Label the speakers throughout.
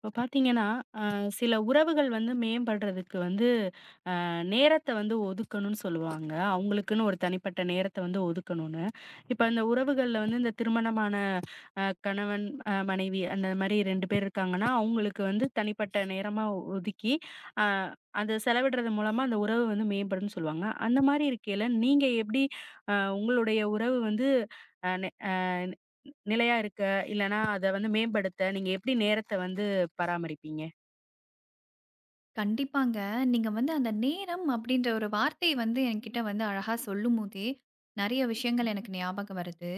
Speaker 1: இப்ப பாத்தீங்கன்னா, அ சில உறவுகள் வந்து மேம்படுறதுக்கு வந்து நேரத்த வந்து ஒதுக்கணும்னு சொல்லுவாங்க. அவங்களுக்குன்னு ஒரு தனிப்பட்ட நேரத்த வந்து ஒதுக்கணும்னு. இப்ப அந்த உறவுகள்ல வந்து இந்த திருமணமான கணவன், மனைவி அந்த மாரி 2 பேர் இருக்காங்கன்னா, அவங்களுக்கு வந்து தனிப்பட்ட நேரமா ஒதுக்கி, அ அத செலவிடுறது மூலமா அந்த உறவு வந்து மேம்படும்னு சொல்லுவாங்க. அந்த மாரி இருக்கையில நீங்க எப்படி உங்களுடைய உறவு வந்து அ நெ அ நிலையா இருக்க, இல்லன்னா அத வந்து மேம்படுத்த நீங்க எப்படி நேரத்த வந்து பராமரிப்பீங்க?
Speaker 2: கண்டிப்பாங்க. நீங்க வந்து அந்த நேரம் அப்படின்ற ஒரு வார்த்தை வந்து என்கிட்ட வந்து அழகா சொல்லும்போதே, நெறைய விஷயங்கள் எனக்கு ஞாபகம் வருது.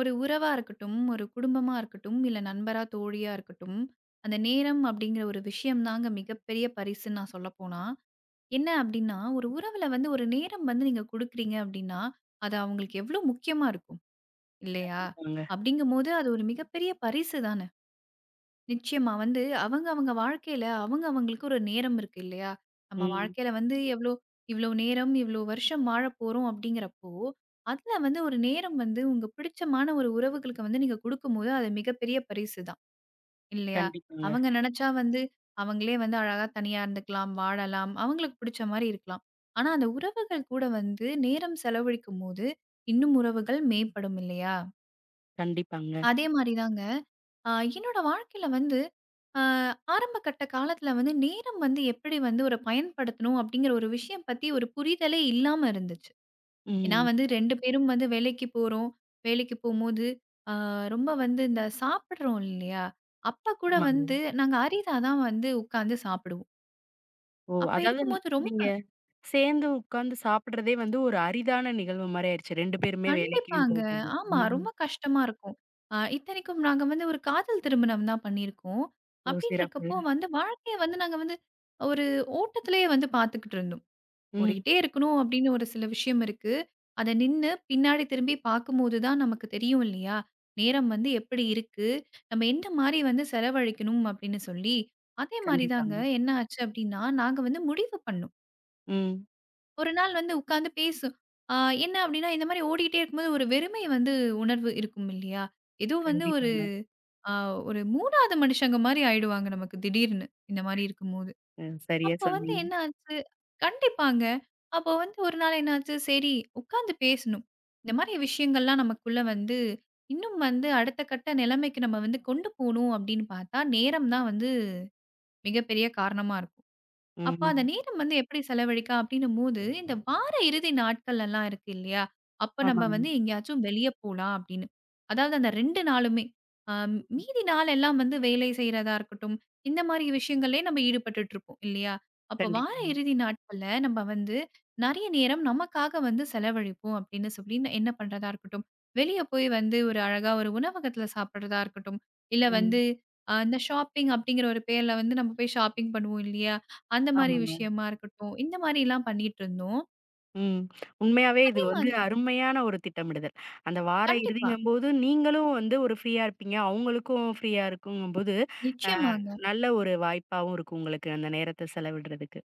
Speaker 2: ஒரு உறவா இருக்கட்டும், ஒரு குடும்பமா இருக்கட்டும், இல்ல நண்பரா, தோழியா இருக்கட்டும், அந்த நேரம் அப்படிங்கிற ஒரு விஷயம் தாங்க மிகப்பெரிய பரிசுன்னு நான் சொல்லப்போனா. என்ன அப்படின்னா, ஒரு உறவுல வந்து ஒரு நேரம் வந்து நீங்க குடுக்குறீங்க அப்படின்னா, அது அவங்களுக்கு எவ்வளோ முக்கியமா இருக்கும் இல்லையா?
Speaker 1: வாங்க.
Speaker 2: அப்படிங்கும்போது அது ஒரு மிகப்பெரிய பரிசு தான. நிச்சயமா. வந்து அவங்க வாழ்க்கையில அவங்களுக்கு ஒரு நேரம் இருக்கு இல்லையா? நம்ம
Speaker 1: ம்.
Speaker 2: வாழ்க்கையில வந்து எவ்ளோ இவ்ளோ நேரம், இவ்ளோ வருஷம் வாழப்போறோம் அப்படிங்கிறப்போ, அதுல வந்து ஒரு நேரம் வந்து உங்க பிடிச்சமான ஒரு உறவுகளுக்கு வந்து நீங்க குடுக்கும்போது, அது மிகப்பெரிய பரிசு தான் இல்லையா?
Speaker 1: கண்டிப்பாங்க,
Speaker 2: அவங்க நெனச்சா வந்து அவங்களே வந்து அழகா தனியா இருந்துக்கலாம், வாழலாம், அவங்களுக்கு பிடிச்ச மாரி இருக்கலாம். ஆனா அந்த உறவுகள் கூட வந்து நேரம் செலவழிக்கும்போது, இன்னும் உறவுகள் மேம்படும் இல்லையா?
Speaker 1: கண்டிப்பாங்க.
Speaker 2: அதே மாரி தாங்க. அ என்னோட வாழ்க்கையில வந்து அ ஆரம்ப கட்ட காலத்தில வந்து நேரம் வந்து எப்படி வந்து ஒரு பயன்படுத்தணும் அப்படிங்கிற ஒரு விஷயம் பத்தி ஒரு புரிதலே இல்லாம இருந்துச்சு. ஏன்னா
Speaker 1: ம்.
Speaker 2: வந்து 2 பேரும் வந்து வேலைக்கு போறோம். வேலைக்கு போம்போது அ ரொம்ப வந்து இந்த சாப்பிடுறோம் இல்லையா? அப்ப கூட
Speaker 1: ஆமாங்க.
Speaker 2: வந்து நாங்க அரிதா தான் வந்து உட்காந்து சாப்பிடுவோம்.
Speaker 1: ஓ!
Speaker 2: அப்ப
Speaker 1: அதாவது
Speaker 2: இருக்கும்போது
Speaker 1: நீங்க
Speaker 2: ரொம்ப
Speaker 1: சேர்ந்து உட்கார்ந்து சாப்பிடுறதே வந்து ஒரு அரிதான நிகழ்வு மாரி ஆயிருச்சு. 2 பேருமே வேலைக்கும்
Speaker 2: கண்டிப்பாங்க.
Speaker 1: போகும்போது.
Speaker 2: ஆமா.
Speaker 1: ம்.
Speaker 2: ரொம்ப கஷ்டமா இருக்கும். இத்தனைக்கும் நாங்க வந்து ஒரு காதல் திருமணம் தான் பண்ணியிருக்கோம்.
Speaker 1: ஓ! சிறப்பு.
Speaker 2: அப்படின்றக்கப்போ வந்து வாழ்க்கைய வந்து நாங்க வந்து ஒரு ஓட்டத்திலேயே வந்து பார்த்துக்கிட்டு இருந்தோம்.
Speaker 1: ம்.
Speaker 2: ஓடிக்கிட்டே இருக்கணும் அப்படின்னு ஒரு சில விஷயம் இருக்கு. அத நின்னு பின்னாடி திரும்பி பார்க்கும்போது தான் நமக்கு தெரியும் இல்லையா? நேரம் வந்து எப்படி இருக்கு? நம்ம எந்த மாரி வந்து செலவழிக்கணும் அப்படின்னு சொல்லி, அதே மாரி தாங்க
Speaker 1: கண்டிப்பாங்க.
Speaker 2: என்ன ஆச்சு அப்படின்னா, நாங்க வந்து முடிவு பண்ணோம்.
Speaker 1: ம்.
Speaker 2: ஒரு நாள் வந்து உட்காந்து பேசும். ஆ என்ன அப்டின்னா, இந்த மாரி ஓடிட்டே இருக்கும்போது ஒரு வெறுமை வந்து உணர்வு இருக்கும் இல்லையா? ஏதோ வந்து ஒரு
Speaker 1: கண்டிப்பாங்க.
Speaker 2: ஆ ஒரு 3வது மனுஷங்க மாரி ஆயிடுவாங்க நமக்கு திடீர்னு, இந்த மாரி இருக்கும்போது.
Speaker 1: சரியா
Speaker 2: அப்போ வந்து
Speaker 1: சொன்னீங்க.
Speaker 2: என்ன ஆச்சு கண்டிப்பாங்க. அப்போ வந்து ஒரு நாள் என்னாச்சு, சரி உட்காந்து பேசணும். இந்த மாரி விஷயங்கள்லாம் நமக்குள்ள வந்து இன்னும் வந்து அடுத்த கட்ட நிலைமைக்கு நம்ம வந்து கொண்டு போணும் அப்டின்னு பார்த்தா, நேரம் தான் வந்து மிகப்பெரிய காரணமா இருக்கும். அப்ப அந்த
Speaker 1: ம்.
Speaker 2: நேரம் வந்து எப்படி செலவழிக்க அப்படின்னும்போது, இந்த வார இறுதி நாட்கள்லலாம் இருக்கு இல்லையா? அப்ப நம்ம
Speaker 1: ஆமாங்க.
Speaker 2: வந்து எங்கேயாச்சும் வெளிய போலாம் அப்படின்னு. அதாவது அந்த 2 நாளுமே. அ
Speaker 1: ம்.
Speaker 2: மீதி நாள் எல்லாம் வந்து வேலை செய்றதா இருக்கட்டும், இந்த மாரி விஷயங்களே நம்ம ஈடுபட்டுட்டு இருப்போம் இல்லையா? அப்ப வார
Speaker 1: கண்டிப்பாங்க.
Speaker 2: இறுதி நாட்கள்ல நம்ம வந்து நெறைய நேரம் நமக்காக வந்து செலவழிப்போம் அப்படின்னு சொல்லி என்ன பண்றதா இருக்கட்டும், வெளிய போய் வந்து ஒரு அழகா ஒரு உணவகத்துல சாப்பிடுறதா இருக்கட்டும், இல்ல
Speaker 1: ம்.
Speaker 2: வந்து இந்த ஷாப்பிங் அப்படிங்கிற ஒரு பேர்ல வந்து நம்ம போய் ஷாப்பிங் பண்ணுவோம் இல்லையா? அந்த மாரி
Speaker 1: ஆமாங்க.
Speaker 2: விஷயமா இருக்கட்டும், இந்த மாரிலாம் பண்ணிட்டு இருந்தோம்.
Speaker 1: ம். உண்மையாவே இது
Speaker 2: அதே
Speaker 1: வந்து
Speaker 2: மாதிரி
Speaker 1: அருமையான ஒரு திட்டமிடுதல். அந்த வார
Speaker 2: கண்டிப்பா.
Speaker 1: இறுதிங்கும்போது நீங்களும் வந்து ஒரு ஃப்ரீயா இருப்பீங்க. அவங்களுக்கும் ஃப்ரீயா இருக்குங்கும்போது, அ
Speaker 2: நிச்சயமாங்க.
Speaker 1: நல்ல ஒரு வாய்ப்பாவும் இருக்கும் உங்களுக்கு அந்த நேரத்த செலவிடுறதுக்கு.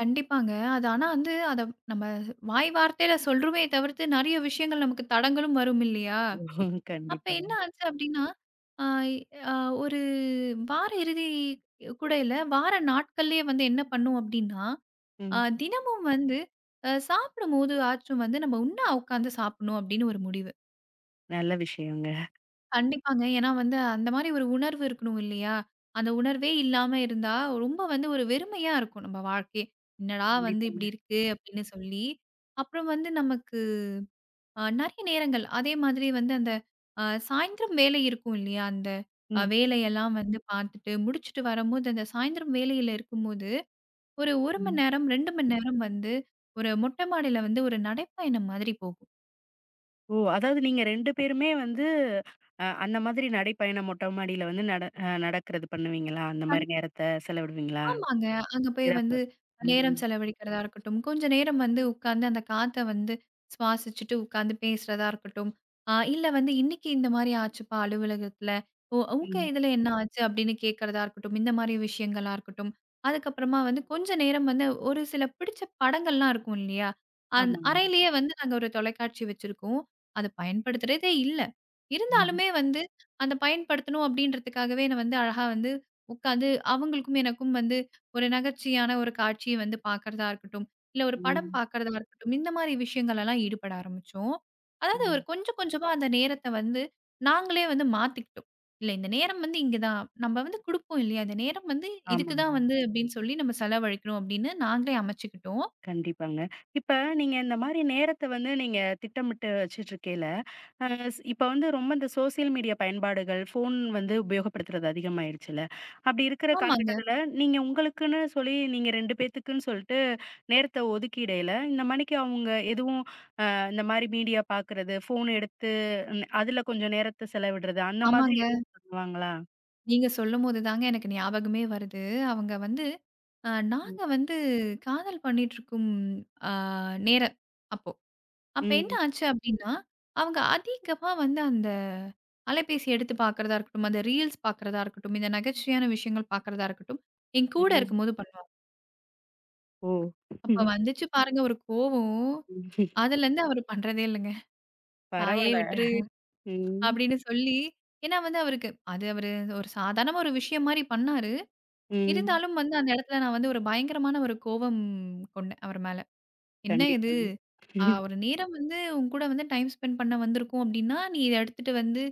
Speaker 2: கண்டிப்பாங்க. அது ஆனா வந்து அத நம்ம வாய் வார்த்தையில சொல்றோமே தவிர்த்து நெறைய விஷயங்கள் நமக்கு தடங்களும் வரும் இல்லையா? அப்ப
Speaker 1: கண்டிப்பாங்க.
Speaker 2: என்ன ஆச்சு அப்டின்னா, ஆ அ ஒரு வார இறுதி கூடையில வார நாட்கள்லயே வந்து என்ன பண்ணோம் அப்டின்னா,
Speaker 1: ம்.
Speaker 2: தினமும் வந்து சாப்பிடும்போது ஆச்சும் வந்து நம்ம உண்ணா உட்காந்து சாப்பிடணும் அப்டின்னு ஒரு முடிவு.
Speaker 1: நல்ல விஷயங்க.
Speaker 2: கண்டிப்பாங்க. ஏன்னா வந்து அந்த மாரி ஒரு உணர்வு இருக்கணும் இல்லையா? அந்த உணர்வே இல்லாம இருந்தா, ரொம்ப வந்து ஒரு வெறுமையா இருக்கும் நம்ம வாழ்க்கையே. "என்னடா வந்து
Speaker 1: கண்டிப்பாங்க.
Speaker 2: இப்படி இருக்கு" அப்படின்னு சொல்லி. அப்புறம் வந்து நமக்கு நெறைய நேரங்கள் அதே மாதிரி வந்து அந்த அ சாயந்திரம் வேலை இருக்கும் இல்லையா? அந்த
Speaker 1: ம்,
Speaker 2: வேலையெல்லாம் வந்து பார்த்துட்டு, முடிச்சுட்டு வரும்போது அந்த சாயந்திரம் வேலையில இருக்கும்போது, ஒரு 1 மணி
Speaker 1: ம்.
Speaker 2: நேரம், 2 மணி நேரம் வந்து ஒரு மொட்டை மாடியில வந்து ஒரு நடைப்பயணம் மாதிரி போகும்.
Speaker 1: ஓ! அதாவது நீங்க 2 பேருமே வந்து அந்த மாதிரி நடைப்பயணம் மொட்ட மாடியில வந்து நட அ நடக்கிறது பண்ணுவீங்களா? அந்த மாரி நேரத்த செலவிடுவீங்களா?
Speaker 2: ஆமாங்க. அங்க போய்
Speaker 1: சிறப்பு.
Speaker 2: வந்து
Speaker 1: ம்,
Speaker 2: நேரம் செலவழிக்கிறதா இருக்கட்டும், கொஞ்ச நேரம் வந்து உட்கார்ந்து அந்த காத்த வந்து சுவாசிச்சுட்டு உட்கார்ந்து பேசுறதா இருக்கட்டும். இல்ல வந்து இன்னைக்கு இந்த மாரி ஆச்சுப்பா அலுவலகத்துல. ஓ உங்க
Speaker 1: ம்.
Speaker 2: இதுல என்ன ஆச்சு? அப்படின்னு கேட்கறதா இருக்கட்டும். இந்த மாரி விஷயங்களா இருக்கட்டும். அதுக்கப்புறமா வந்து கொஞ்ச நேரம் வந்து ஒரு சில பிடிச்ச படங்கள்லாம் இருக்கும் இல்லையா?
Speaker 1: ஆமாங்க.
Speaker 2: அறையிலேயே வந்து நாங்க ஒரு தொலைக்காட்சி வச்சிருக்கோம். அத பயன்படுத்துறதே இல்ல.
Speaker 1: ம்,
Speaker 2: இருந்தாலுமே வந்து அந்த பயன்படுத்தணும் அப்படின்றதுக்காகவே நான் வந்து அழகா வந்து உட்கார்ந்து அவங்களுக்கும் எனக்கும் வந்து ஒரு நகைச்சுவையான ஒரு காட்சிய வந்து பார்க்கிறதா இருக்கட்டும், இல்ல ஒரு படம்
Speaker 1: ம்,
Speaker 2: பார்க்கிறதா இருக்கட்டும், இந்த மாரி விஷயங்கள்லலாம் ஈடுபட ஆரம்பிச்சோம். அதாவது ஒரு
Speaker 1: ம்.
Speaker 2: கொஞ்சம் கொஞ்சமா அந்த நேரத்த வந்து நாங்களே வந்து மாத்திக்கிட்டோம். இல்ல இந்த நேரம் வந்து இங்க தான். நம்ம வந்து குடுப்போம் இல்லையா? இந்த நேரம் வந்து இதுக்கு
Speaker 1: ஆமாங்க.
Speaker 2: தான் வந்து அப்டின்னு சொல்லி நம்ம செலவழிக்கணும் அப்டின்னு நாங்களே அமைச்சுக்கிட்டோம்.
Speaker 1: கண்டிப்பாங்க. இப்ப இந்த மாரி நேரத்த வந்து நீங்க திட்டமிட்டு வச்சுட்ருக்கையில, அ ஸ் இப்ப வந்து ரொம்ப இந்த சோசியல் மீடியா பயன்பாடுகள், ஃபோன் வந்து உபயோகப்படுத்துறது அதிகமாயிருச்சுல்ல. அப்படி இருக்கிற
Speaker 2: ஆமாங்க,
Speaker 1: காலகட்டத்தில, நீங்க உங்களுக்குன்னு சொல்லி நீங்க 2 பேத்துக்குன்னு சொல்ட்டு நேரத்த ஒதுக்கிடையில, இந்த மாணிக்கு அவங்க எதுவும் இந்த மாரி மீடியா பார்க்கறது, ஃபோன் எடுத்து அதுல கொஞ்சம் நேரத்த செலவிடுறது, அந்த மாதிரி
Speaker 2: ஆமாங்க.
Speaker 1: எதுவும் பண்ணுவாங்களா?
Speaker 2: நீங்க சொல்லும்போது தாங்க எனக்கு ஞாபகமே வருது. அவங்க வந்து
Speaker 1: ம்.
Speaker 2: நாங்க வந்து காதல் பண்ணிட்டுருக்கும் அ நேரம் அப்போ. அப்ப என்ன
Speaker 1: ம்.
Speaker 2: ஆச்சு அப்டின்னா, அவங்க அதிகமா வந்து அந்த அலைபேசி எடுத்து பார்க்கிறதா இருக்கட்டும், அந்த ரீல்ஸ் பார்க்கிறதா இருக்கட்டும், இந்த நகைச்சுவையான விஷயங்கள் பார்க்கிறதா இருக்கட்டும், என் கூட
Speaker 1: ம்.
Speaker 2: இருக்கும்போது பண்ணுவாங்க.
Speaker 1: ஓ!
Speaker 2: அப்ப வந்துச்சு பாருங்க ஒரு கோவம். அதுலருந்து அவரு பண்றதே இல்லங்க. "தாயே
Speaker 1: பரவால்ல.
Speaker 2: விட்டுரு"
Speaker 1: ம்.
Speaker 2: அப்டின்னு சொல்லி ஏன்னா வந்து அவருக்கு அது அவரு ஒரு சாதாரண ஒரு விஷயம் மாரி பண்ணாரு.
Speaker 1: ம்.
Speaker 2: இருந்தாலும் வந்து அந்த இடத்துல நான் வந்து ஒரு பயங்கரமான ஒரு கோவம் கொண்டேன் அவர் மேல. என்ன இது?
Speaker 1: கண்டிப்பாங்க. ம்,
Speaker 2: ஒரு நேரம் வந்து உன் கூட வந்து டைம் ஸ்பெண்ட் பண்ண வந்திருக்கோம் அப்டின்னா, நீ இத எடுத்துட்டு வந்து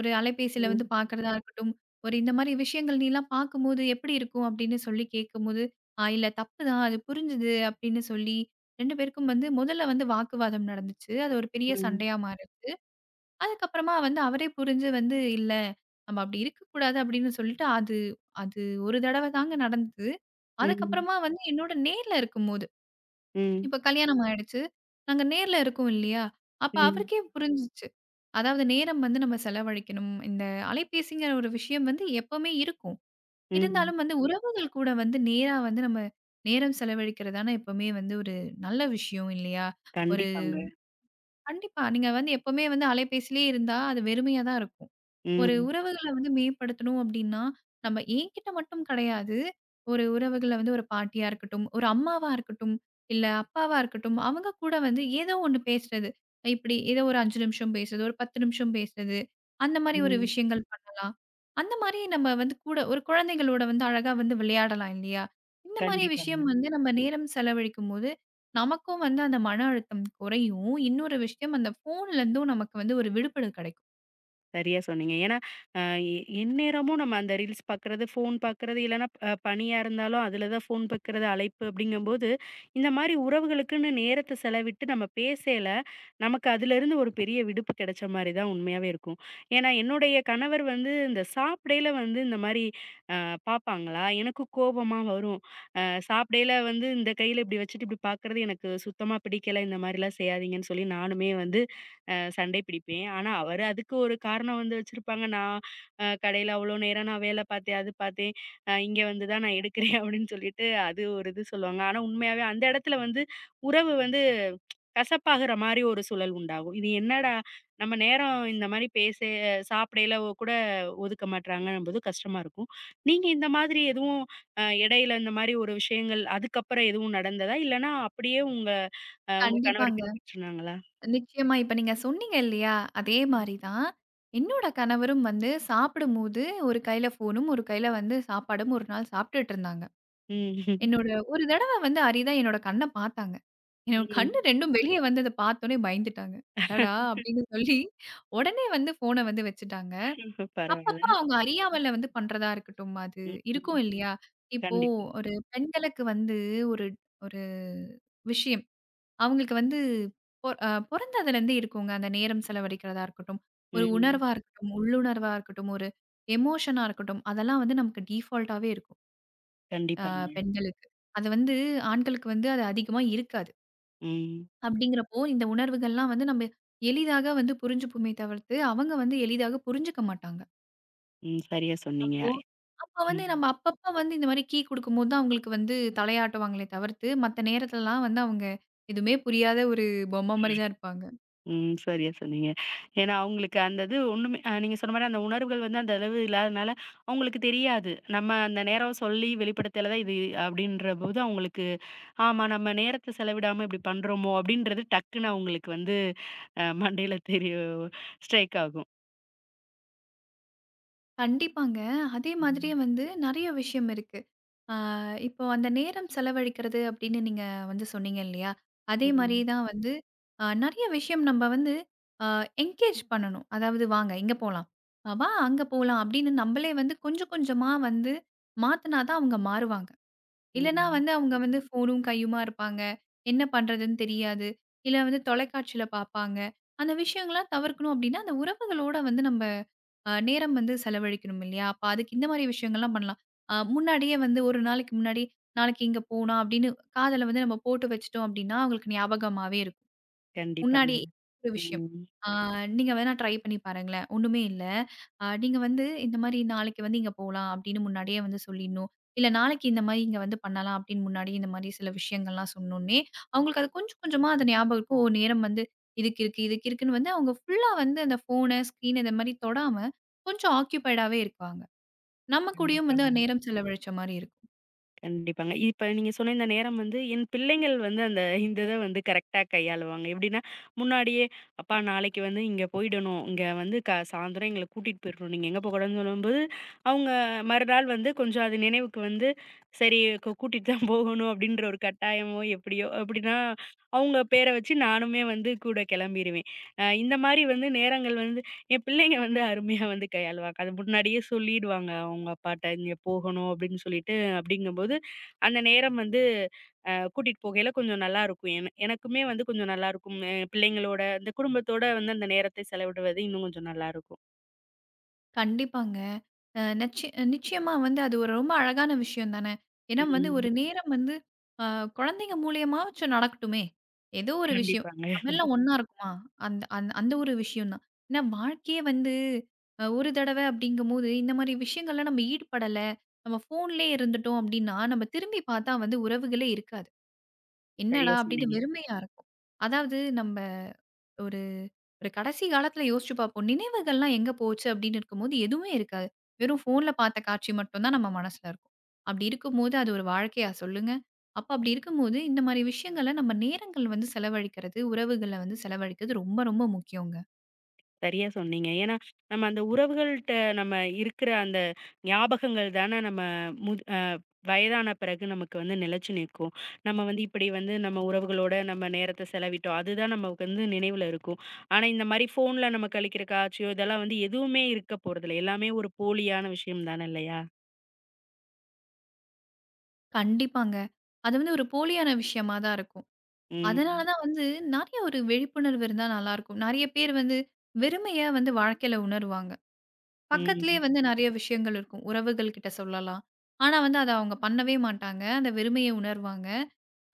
Speaker 2: ஒரு அலைபேசியில வந்து
Speaker 1: ம்,
Speaker 2: பார்க்கிறதா இருக்கட்டும், ஒரு இந்த மாரி விஷயங்கள் நீலாம் பார்க்கும்போது எப்படி இருக்கும்? அப்படின்னு சொல்லி கேட்கும்போது, "ஆ இல்ல தப்புதான். அது புரிஞ்சுது" அப்படின்னு சொல்லி 2 பேருக்கும் வந்து முதல்ல வந்து வாக்குவாதம் நடந்துச்சு. அது ஒரு பெரிய
Speaker 1: ம்,
Speaker 2: சண்டையா மாறுச்சு. அதுக்கப்புறமா வந்து அவரே புரிஞ்சு வந்து, "இல்ல நம்ம அப்படி இருக்கக்கூடாது" அப்படின்னு சொல்லிட்டு அது அது ஒரு தடவ தாங்க நடந்தது.
Speaker 1: ம்,
Speaker 2: அதுக்கப்புறமா வந்து என்னோட நேர்ல இருக்கும்போது இப்ப கல்யாணம் ஆயிடுச்சு. நாங்க நேர்ல இருக்கோம் இல்லையா? அப்ப
Speaker 1: ம்,
Speaker 2: அவருக்கே புரிஞ்சுச்சு. அதாவது நேரம் வந்து நம்ம செலவழிக்கணும். இந்த அலைபேசிங்கிற ஒரு விஷயம் வந்து எப்பவுமே இருக்கும்.
Speaker 1: ம்.
Speaker 2: இருந்தாலும் வந்து உறவுகள் கூட வந்து நேரா வந்து நம்ம நேரம் செலவழிக்கிறது தானே எப்பவுமே வந்து ஒரு நல்ல விஷயம் இல்லையா? ஒரு
Speaker 1: கண்டிப்பாங்க.
Speaker 2: கண்டிப்பா. நீங்க வந்து எப்பவுமே வந்து அலைபேசியிலேயே இருந்தா அது வெறுமையா தான் இருக்கும். ஒரு
Speaker 1: ம்,
Speaker 2: உறவுகள வந்து மேம்படுத்தணும் அப்டின்னா, நம்ம என்கிட்ட மட்டும் கிடையாது. ஒரு உறவுகள வந்து ஒரு பாட்டியா இருக்கட்டும், ஒரு அம்மாவா இருக்கட்டும், இல்ல அப்பாவா இருக்கட்டும், அவங்க கூட வந்து ஏதோ ஒண்ணு பேசுறது. இப்டி ஏதோ ஒரு 5 நிமிஷம் பேசுறது, ஒரு 10 நிமிஷம் பேசுறது. அந்த மாரி ஒரு
Speaker 1: ம்.
Speaker 2: விஷயங்கள் பண்ணலாம். அந்த மாரி நம்ம வந்து கூட ஒரு குழந்தைகளோட வந்து அழகா வந்து விளையாடலாம் இல்லையா? இந்த மாரி
Speaker 1: கண்டிப்பாங்க.
Speaker 2: விஷயம் வந்து நம்ம நேரம் செலவழிக்கும்போது, நமக்கும் வந்து அந்த மன அழுத்தம் குறையும். இன்னொரு விஷயம் அந்த ஃபோன்லேருந்தும் நமக்கு வந்து ஒரு விடுபடு கிடைக்கும்.
Speaker 1: சரியா சொன்னீங்க. ஏன்னா, அ எ எந்நேரமும் நம்ம அந்த ரீல்ஸ் பாக்குறது, ஃபோன் பாக்குறது, இல்லன்னா பணியா இருந்தாலும் அதில தான் ஃபோன் பாக்குறது, அழைப்பு அப்படிங்கும்போது, இந்த மாரி உறவுகளுக்குன்னு நேரத்த செலவிட்டு நம்ம பேசையில, நமக்கு அதிலிருந்து ஒரு பெரிய விடுப்பு கிடைச்ச மாரி தான் உண்மையாவே இருக்கும். ஏன்னா, என்னுடைய கணவர் வந்து இந்த சாப்பிடையில வந்து இந்த மாரி அ பாப்பாங்களா, எனக்கு கோபமா வரும். அ சாப்பிடையில வந்து இந்த கையில இப்படி வச்சுட்டு இப்படி பாக்குறது எனக்கு சுத்தமா பிடிக்கல. இந்த மாரிலாம் செய்யாதீங்கன்னு சொல்லி நானுமே வந்து சண்டை பிடிப்பேன். ஆனா, அவரு அதுக்கு ஒரு காரணம் வந்து வச்சிருப்பாங்க. நான் கடையில அவ்வளோ நேரம் நான் வேலை பார்த்தேன், அது பார்த்தேன். இங்க வந்து தான் நான் எடுக்கிறேன் அப்படின்னு சொல்லிட்டு அது ஒரு இது சொல்லுவாங்க. ஆனா, உண்மையாவே அந்த இடத்துல வந்து உறவு வந்து கசப்பாகுற மாரி ஒரு சூழல் உண்டாகும். இது என்னடா நம்ம நேரம் இந்த மாரி பேச சாப்பிடையில கூட ஒதுக்க மாட்றாங்கன்னும்போது கஷ்டமா இருக்கும். நீங்க இந்த மாதிரி எதுவும் இடையில இந்த மாரி ஒரு விஷயங்கள் அதுக்கப்புறம் எதுவும் நடந்ததா? இல்லன்னா அப்படியே உங்க கணவர்
Speaker 2: கண்டிப்பாங்க.
Speaker 1: பின்பற்றுனாங்களா?
Speaker 2: நிச்சயமா. இப்ப நீங்க சொன்னீங்க இல்லையா? அதே
Speaker 1: ம்.
Speaker 2: மாரி தான். என்னோட கணவரும் வந்து சாப்பிடும்போது ஒரு கையில ஃபோனும், ஒரு கையில வந்து சாப்பாடும் ஒரு நாள் சாப்பிட்டுட்டு இருந்தாங்க. என்னோட ஒரு தடவ வந்து அரிதா என்னோட கண்ண பார்த்தாங்க. என்னோட
Speaker 1: ம்.
Speaker 2: கண்ணு 2ம் வெளிய வந்தத பார்த்தோனே பயந்துட்டாங்க. அடடா! அப்படின்னு சொல்லி உடனே வந்து ஃபோன வந்து வச்சுட்டாங்க.
Speaker 1: இப்ப
Speaker 2: அப்பப்ப
Speaker 1: பரவால்ல.
Speaker 2: அவங்க அறியாமல வந்து பண்றதா இருக்கட்டும், அது
Speaker 1: ம், ம்.
Speaker 2: இருக்கும் இல்லையா? இப்போ
Speaker 1: கண்டிப்பா.
Speaker 2: ஒரு பெண்களுக்கு வந்து ஒரு ஒரு விஷயம் அவங்களுக்கு வந்து பொ அ பொறந்ததுலேருந்தே இருக்குங்க. அந்த நேரம் செலவழிக்கிறதா இருக்கட்டும், ஒரு
Speaker 1: ம்.
Speaker 2: உணர்வா இருக்கட்டும், உள்ளுணர்வா இருக்கட்டும், ஒரு எமோஷனா இருக்கட்டும், அதெல்லாம் வந்து நமக்கு டிஃபால்ட்டாவே இருக்கும்.
Speaker 1: கண்டிப்பாங்க.
Speaker 2: பெண்களுக்கு. அது வந்து ஆண்களுக்கு வந்து அது அதிகமா இருக்காது.
Speaker 1: ம்.
Speaker 2: அப்படிங்கிறப்போ இந்த உணர்வுகள்லாம் வந்து நம்ம எளிதாக வந்து புரிஞ்சுப்போமே தவிர்த்து, அவங்க வந்து எளிதாக புரிஞ்சுக்க மாட்டாங்க.
Speaker 1: ம். சரியா சொன்னீங்க.
Speaker 2: அப்போ அப்ப வந்து
Speaker 1: ம்.
Speaker 2: நம்ம அப்பப்ப வந்து இந்த மாரி கீ குடுக்கும்போது தான் அவங்களுக்கு வந்து தலையாட்டுவாங்களே தவிர்த்து, மத்த நேரத்துலலாம் வந்து அவங்க எதுவுமே புரியாத ஒரு பொம்மை மாரி தான் இருப்பாங்க.
Speaker 1: ம். சரியா சொன்னீங்க. ஏன்னா அவங்களுக்கு அந்த இது ஒண்ணுமே நீங்க சொன்ன மாரி அந்த உணர்வுகள் வந்து அந்த அளவு இல்லாதனால, அவங்களுக்கு தெரியாது. நம்ம அந்த நேரம் சொல்லி வெளிப்படுத்தல தான் இது அப்படின்றபோது அவங்களுக்கு, ஆமா நம்ம நேரத்த செலவிடாம இப்படி பண்றோமோ அப்படின்றது டக்குன்னு அவங்களுக்கு வந்து மண்டையில தெரிய ஸ்ட்ரைக் ஆகும்.
Speaker 2: கண்டிப்பாங்க. அதே மாதிரியே
Speaker 1: ம்.
Speaker 2: வந்து நெறைய விஷயம் இருக்கு. ஆ இப்போ அந்த நேரம் செலவழிக்கிறது அப்படின்னு நீங்க வந்து சொன்னீங்க இல்லையா? அதே மாரி
Speaker 1: ம்.
Speaker 2: தான் வந்து நெறைய விஷயம் நம்ம வந்து அ என்கேஜ் பண்ணணும். அதாவது வாங்க இங்க போலாம். வா அங்க போலாம் அப்படின்னு நம்மளே வந்து கொஞ்சம் கொஞ்சமா வந்து மாத்துனா தான் அவங்க மாறுவாங்க. இல்லன்னா
Speaker 1: ம்.
Speaker 2: வந்து அவங்க வந்து ஃபோனும் கையுமா இருப்பாங்க. என்ன பண்றதுன்னு தெரியாது. இல்ல வந்து தொலைக்காட்சியில பார்ப்பாங்க. அந்த விஷயங்கள்லாம் தவிர்க்கணும் அப்படின்னா, அந்த உறவுகளோட வந்து நம்ப நேரம் வந்து செலவழிக்கணும் இல்லையா? அப்ப அதுக்கு இந்த மாரி விஷயங்கள்லாம் பண்ணலாம். முன்னாடியே வந்து ஒரு நாளைக்கு முன்னாடி, நாளைக்கு இங்க போலாம் அப்படின்னு காதுல வந்து நம்ம போட்டு வச்சுட்டோம் அப்படின்னா, அவங்களுக்கு ஞாபகமாவே இருக்கும்.
Speaker 1: கண்டிப்பாங்க.
Speaker 2: முன்னாடி ஒரு விஷயம்.
Speaker 1: ம்.
Speaker 2: ஆ நீங்க வேணா ட்ரை பண்ணி பாருங்களேன். ஒண்ணுமே இல்ல. நீங்க வந்து இந்த மாரி நாளைக்கு வந்து இங்க போலாம் அப்படின்னு முன்னாடியே வந்து சொல்லிடணும். இல்ல நாளைக்கு இந்த மாரி இங்க வந்து பண்ணலாம் அப்படின்னு முன்னாடியே இந்த மாரி சில விஷயங்கள்லாம் சொன்னோனே, அவங்களுக்கு அது கொஞ்சம் கொஞ்சமா அது ஞாபகம் இருக்கும். ஓ! நேரம் வந்து இதுக்கு இருக்கு, இதுக்கு இருக்குன்னு வந்து அவங்க ஃபுல்லா வந்து அந்த ஃபோனு, ஸ்க்ரீன் இந்த மாரி தொடாம கொஞ்சம் ஆக்கியூபைடாவே இருப்பாங்க. நம்ம கூடயும் வந்து
Speaker 1: கண்டிப்பாங்க.
Speaker 2: நேரம் செலவழிச்ச மாரி இருக்கும்.
Speaker 1: கண்டிப்பாங்க. இப்ப நீங்க சொன்ன இந்த நேரம் வந்து என் பிள்ளைங்கள் வந்து அந்த இந்த இத வந்து கரெக்ட்டா கையாளுவாங்க. எப்படின்னா, முன்னாடியே "அப்பா நாளைக்கு வந்து இங்க போயிடணும். இங்க வந்து க சாயந்தரம் எங்கள கூட்டிட்டு போயிடணும். நீங்க எங்க போகக்கூடாதுன்னு" சொல்லும்போது, அவங்க மறுநாள் வந்து கொஞ்சம் அது நினைவுக்கு வந்து, "சரி கூட்டிட்டு தான் போகணும்" அப்படின்ற ஒரு கட்டாயமோ, எப்படியோ அப்படின்னா, அவங்க பேர வச்சு நானுமே வந்து கூட கிளம்பிருவேன். இந்த மாரி வந்து நேரங்கள் வந்து என் பிள்ளைங்க வந்து அருமையா வந்து கையாளுவாங்க. அது முன்னாடியே சொல்லிடுவாங்க அவங்க அப்பாட்ட, "இங்க போகணும்" அப்படின்னு சொல்லிட்டு. அப்படிங்கும்போது அந்த நேரம் வந்து கூட்டிட்டு போகையில கொஞ்சம் நல்லாருக்கும். என எனக்குமே வந்து கொஞ்சம் நல்லாருக்கும். பிள்ளைங்களோட, இந்த குடும்பத்தோட வந்து அந்த நேரத்தை செலவிடுவது இன்னும் கொஞ்சம் நல்லாருக்கும்.
Speaker 2: கண்டிப்பாங்க. அ நச்சி நிச்சயமா வந்து அது ஒரு ரொம்ப அழகான விஷயம் தானே. ஏன்னா வந்து
Speaker 1: ம்.
Speaker 2: ஒரு நேரம் வந்து அ குழந்தைங்க மூலியமாச்சும் நடக்கட்டுமே! ஏதோ ஒரு விஷயம்.
Speaker 1: கண்டிப்பாங்க.
Speaker 2: நம்ம எல்லாம் ஒண்ணா இருக்குமா? அந்த அந்த அந்த ஒரு விஷயம் தான். ஏன்னா வாழ்க்கையே வந்து ஒரு தடவ அப்படிங்கும்போது, இந்த மாரி விஷயங்கள்ல நம்ம ஈடுபடல, நம்ம ஃபோன்லயே இருந்துட்டோம் அப்படின்னா, நம்ம திரும்பி பார்த்தா வந்து உறவுகளே இருக்காது. என்னடா!
Speaker 1: சரியா
Speaker 2: அப்படின்னு
Speaker 1: சொன்னீங்க.
Speaker 2: வெறுமையா இருக்கும். அதாவது நம்ம ஒரு ஒரு கடைசி காலத்துல யோசிச்சு பார்ப்போம். நினைவுகள்லாம் எங்க போச்சு அப்படின்னு இருக்கும்போது எதுவுமே இருக்காது. வெறும் ஃபோன்ல பார்த்த காட்சி மட்டும் தான் நம்ம மனசுல இருக்கும். அப்படி இருக்கும்போது அது ஒரு வாழ்க்கையா சொல்லுங்க? அப்ப அப்படி இருக்கும்போது இந்த மாரி விஷயங்கள்ல நம்ம நேரங்கள் வந்து செலவழிக்கிறது, உறவுகள வந்து செலவழிக்கிறது ரொம்ப ரொம்ப முக்கியங்க.
Speaker 1: சரியா சொன்னீங்க. ஏன்னா, நம்ம அந்த உறவுகள்ட்ட நம்ம இருக்கிற அந்த ஞாபகங்கள் தான நம்ம முது அ வயதான பிறகு நமக்கு வந்து நிலைச்சு நிக்கும். நம்ம வந்து இப்படி வந்து நம்ம உறவுகளோட நம்ம நேரத்த செலவிட்டோம். அதுதான் நமக்கு வந்து நினைவுல இருக்கும். ஆனா, இந்த மாரி ஃபோன்ல நம்ம கழிக்கிற காட்சியோ, இதெல்லாம் வந்து எதுவுமே இருக்க போறதில்ல. எல்லாமே ஒரு போலியான விஷயம் தான இல்லையா?
Speaker 2: கண்டிப்பாங்க. அது வந்து ஒரு போலியான விஷயமா தான் இருக்கும். அதனால
Speaker 1: ம்.
Speaker 2: தான் வந்து நெறைய ஒரு விழிப்புணர்வு இருந்தா நல்லாருக்கும். நெறைய பேர் வந்து வெறுமைய வந்து வாழ்க்கையில உணருவாங்க. பக்கத்திலேயே
Speaker 1: ம்.
Speaker 2: வந்து நெறைய விஷயங்கள் இருக்கும். உறவுகள் கிட்ட சொல்லலாம். ஆனா வந்து அத அவங்க பண்ணவே மாட்டாங்க. அந்த வெறுமைய உணர்வாங்க.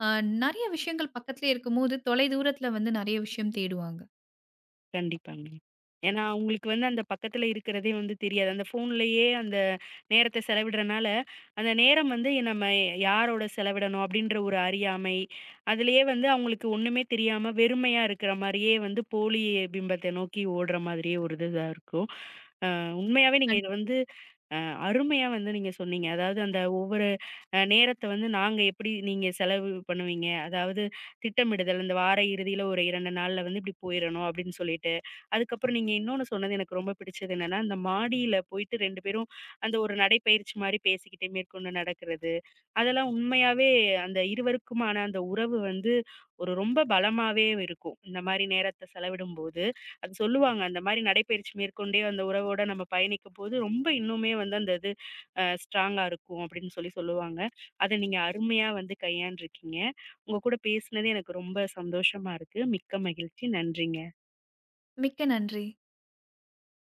Speaker 2: அ நெறைய விஷயங்கள் பக்கத்திலேயே இருக்கும்போது, தொலைதூரத்தில வந்து நெறைய விஷயம் தேடுவாங்க.
Speaker 1: கண்டிப்பாங்க. ஏன்னா, அவங்களுக்கு வந்து அந்த பக்கத்துல இருக்கிறதே வந்து தெரியாது. அந்த ஃபோன்லயே அந்த நேரத்த செலவிடுறனால, அந்த நேரம் வந்து நம்ம யாரோட செலவிடணும் அப்படின்ற ஒரு அறியாமை, அதிலயே வந்து அவங்களுக்கு ஒண்ணுமே தெரியாம வெறுமையா இருக்கிற மாரியே வந்து போலி பிம்பத்த நோக்கி ஓடுற மாதிரியே ஒரு இதுதா இருக்கும். அ உண்மையாவே நீங்க
Speaker 2: கண்
Speaker 1: இத வந்து அ அருமையா வந்து நீங்க சொன்னீங்க. அதாவது அந்த ஒவ்வொரு நேரத்த வந்து நாங்க எப்படி நீங்க செலவு பண்ணுவீங்க? அதாவது திட்டமிடுதல், இந்த வார இறுதியில ஒரு 2 நாள்ல வந்து இப்படி போயிறணும் அப்படின்னு சொல்லிட்டு. அதுக்கப்புறம் நீங்க இன்னொன்னு சொன்னது எனக்கு ரொம்ப பிடிச்சது என்னன்னா, இந்த மாடியில போயிட்டு 2 பேரும் அந்த ஒரு நடைப்பயிற்சி மாரி பேசிக்கிட்டே மேற்கொண்டு நடக்கிறது. அதெல்லாம் உண்மையாவே அந்த இருவருக்குமான அந்த உறவு வந்து ஒரு ரொம்ப பலமாவே இருக்கும். இந்த மாரி நேரத்த செலவிடும்போது, அது சொல்லுவாங்க. அந்த மாரி நடைப்பயிற்சி மேற்கொண்டே அந்த உறவோட நம்ம பயணிக்கும்போது, ரொம்ப இன்னுமே வந்து அந்த இது ஸ்ட்ராங்கா இருக்கும் அப்படின்னு சொல்லி சொல்லுவாங்க. அத நீங்க அருமையா வந்து கையாண்டுருக்கீங்க. உங்க கூட பேசினது எனக்கு ரொம்ப சந்தோஷமா இருக்கு. மிக்க மகிழ்ச்சி. நன்றிங்க.
Speaker 2: மிக்க நன்றி.